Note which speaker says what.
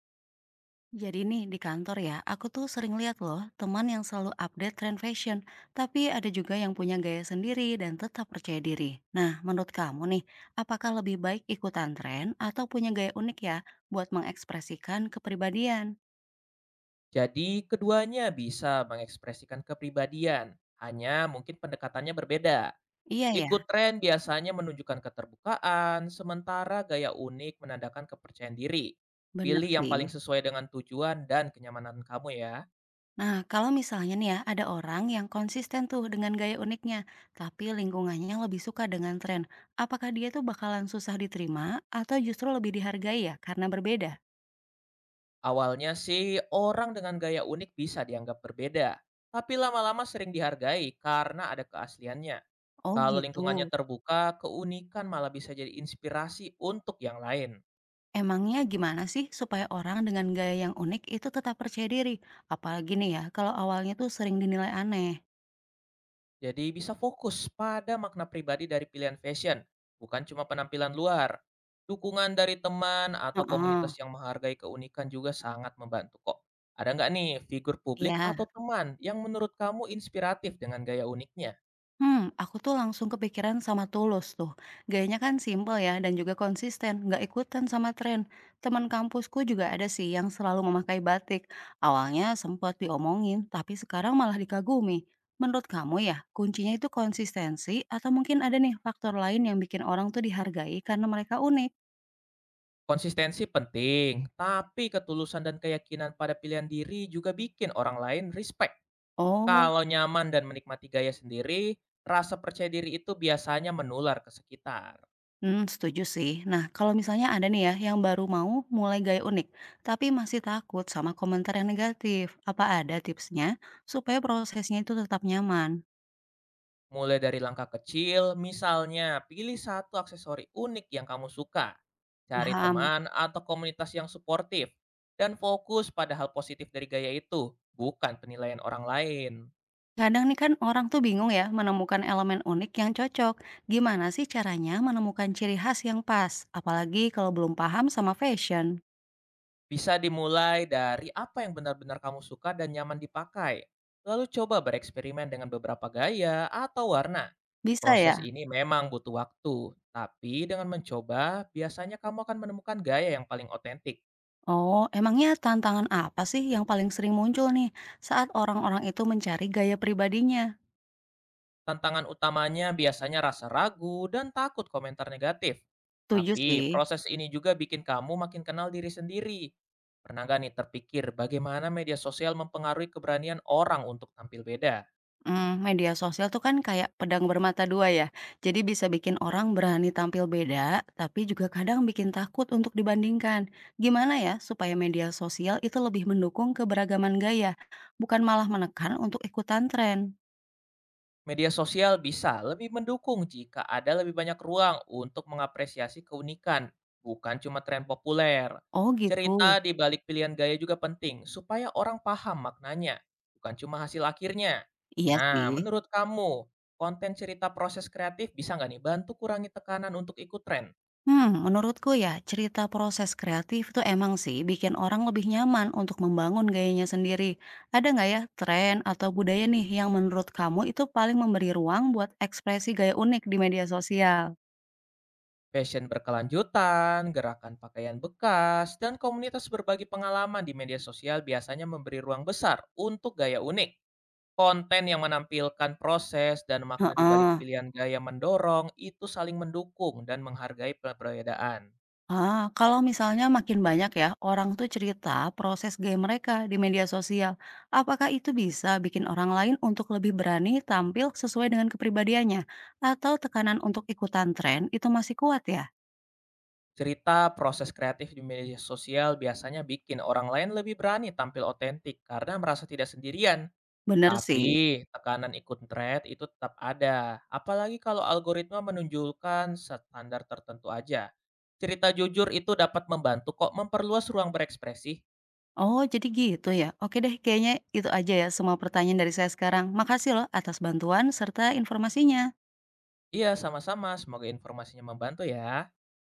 Speaker 1: Jadi nih di kantor ya, aku tuh sering lihat loh teman yang selalu update tren fashion, tapi ada juga yang punya gaya sendiri dan tetap percaya diri. Nah, menurut kamu nih, apakah lebih baik ikutan tren atau punya gaya unik ya buat mengekspresikan kepribadian?
Speaker 2: Jadi keduanya bisa mengekspresikan kepribadian, hanya mungkin pendekatannya berbeda.
Speaker 1: Iya ya,
Speaker 2: Ikut tren biasanya menunjukkan keterbukaan, sementara gaya unik menandakan kepercayaan diri.
Speaker 1: bener
Speaker 2: Pilih yang
Speaker 1: sih.
Speaker 2: paling sesuai dengan tujuan dan kenyamanan kamu ya.
Speaker 1: Nah, kalau misalnya nih ya ada orang yang konsisten tuh dengan gaya uniknya, tapi lingkungannya lebih suka dengan tren, apakah dia tuh bakalan susah diterima atau justru lebih dihargai ya karena berbeda?
Speaker 2: Awalnya sih orang dengan gaya unik bisa dianggap berbeda, tapi lama-lama sering dihargai karena ada keasliannya.
Speaker 1: Oh
Speaker 2: Kalau
Speaker 1: gitu.
Speaker 2: lingkungannya terbuka, keunikan malah bisa jadi inspirasi untuk yang lain.
Speaker 1: Emangnya gimana sih supaya orang dengan gaya yang unik itu tetap percaya diri? Apalagi nih ya, kalau awalnya tuh sering dinilai aneh.
Speaker 2: Jadi bisa fokus pada makna pribadi dari pilihan fashion, bukan cuma penampilan luar. Dukungan dari teman atau
Speaker 1: Heeh.
Speaker 2: komunitas yang menghargai keunikan juga sangat membantu kok. Ada nggak nih figur publik
Speaker 1: Ya.
Speaker 2: atau teman yang menurut kamu inspiratif dengan gaya uniknya?
Speaker 1: Aku tuh langsung kepikiran sama Tulus tuh. Gayanya kan simple ya dan juga konsisten, nggak ikutan sama tren. Teman kampusku juga ada sih yang selalu memakai batik. Awalnya sempat diomongin, tapi sekarang malah dikagumi. Menurut kamu ya, kuncinya itu konsistensi atau mungkin ada nih faktor lain yang bikin orang tuh dihargai karena mereka unik?
Speaker 2: Konsistensi penting, tapi ketulusan dan keyakinan pada pilihan diri juga bikin orang lain respect.
Speaker 1: Oh.
Speaker 2: Kalau nyaman dan menikmati gaya sendiri, rasa percaya diri itu biasanya menular ke sekitar.
Speaker 1: Hmm, setuju sih. Nah, kalau misalnya ada nih ya yang baru mau mulai gaya unik, tapi masih takut sama komentar yang negatif. Apa ada tipsnya supaya prosesnya itu tetap nyaman?
Speaker 2: Mulai dari langkah kecil, misalnya pilih satu aksesori unik yang kamu suka, cari
Speaker 1: Paham.
Speaker 2: teman atau komunitas yang suportif, dan fokus pada hal positif dari gaya itu, bukan penilaian orang lain.
Speaker 1: Kadang nih kan orang tuh bingung ya menemukan elemen unik yang cocok. Gimana sih caranya menemukan ciri khas yang pas? Apalagi kalau belum paham sama fashion.
Speaker 2: Bisa dimulai dari apa yang benar-benar kamu suka dan nyaman dipakai, lalu coba bereksperimen dengan beberapa gaya atau warna.
Speaker 1: Bisa
Speaker 2: Proses
Speaker 1: ya?
Speaker 2: ini memang butuh waktu, tapi dengan mencoba, biasanya kamu akan menemukan gaya yang paling otentik.
Speaker 1: Oh, emangnya tantangan apa sih yang paling sering muncul nih saat orang-orang itu mencari gaya pribadinya?
Speaker 2: Tantangan utamanya biasanya rasa ragu dan takut komentar negatif.
Speaker 1: Setuju
Speaker 2: Tapi
Speaker 1: sih.
Speaker 2: proses ini juga bikin kamu makin kenal diri sendiri. Pernah nggak nih terpikir bagaimana media sosial mempengaruhi keberanian orang untuk tampil beda?
Speaker 1: Media sosial tuh kan kayak pedang bermata dua ya. Jadi bisa bikin orang berani tampil beda, tapi juga kadang bikin takut untuk dibandingkan. Gimana ya supaya media sosial itu lebih mendukung keberagaman gaya, bukan malah menekan untuk ikutan tren?
Speaker 2: Media sosial bisa lebih mendukung jika ada lebih banyak ruang untuk mengapresiasi keunikan, bukan cuma tren populer.
Speaker 1: Oh gitu.
Speaker 2: Cerita di balik pilihan gaya juga penting supaya orang paham maknanya, bukan cuma hasil akhirnya.
Speaker 1: Iya
Speaker 2: Nah,
Speaker 1: sih.
Speaker 2: menurut kamu, konten cerita proses kreatif bisa nggak nih bantu kurangi tekanan untuk ikut tren?
Speaker 1: Menurutku ya, cerita proses kreatif itu emang sih bikin orang lebih nyaman untuk membangun gayanya sendiri. Ada nggak ya tren atau budaya nih yang menurut kamu itu paling memberi ruang buat ekspresi gaya unik di media sosial?
Speaker 2: Fashion berkelanjutan, gerakan pakaian bekas, dan komunitas berbagi pengalaman di media sosial biasanya memberi ruang besar untuk gaya unik. Konten yang menampilkan proses dan makna di balik
Speaker 1: Heeh.
Speaker 2: pilihan gaya mendorong itu saling mendukung dan menghargai perbedaan.
Speaker 1: Ah, kalau misalnya makin banyak ya orang tuh cerita proses gaya mereka di media sosial, apakah itu bisa bikin orang lain untuk lebih berani tampil sesuai dengan kepribadiannya? Atau tekanan untuk ikutan tren itu masih kuat ya?
Speaker 2: Cerita proses kreatif di media sosial biasanya bikin orang lain lebih berani tampil otentik karena merasa tidak sendirian.
Speaker 1: Bener
Speaker 2: Tapi
Speaker 1: sih.
Speaker 2: tekanan ikut thread itu tetap ada, apalagi kalau algoritma menunjukkan standar tertentu aja. Cerita jujur itu dapat membantu kok memperluas ruang berekspresi.
Speaker 1: Oh, jadi gitu ya? Oke deh, kayaknya itu aja ya semua pertanyaan dari saya sekarang. Makasih loh atas bantuan serta informasinya.
Speaker 2: Iya, sama-sama. Semoga informasinya membantu ya.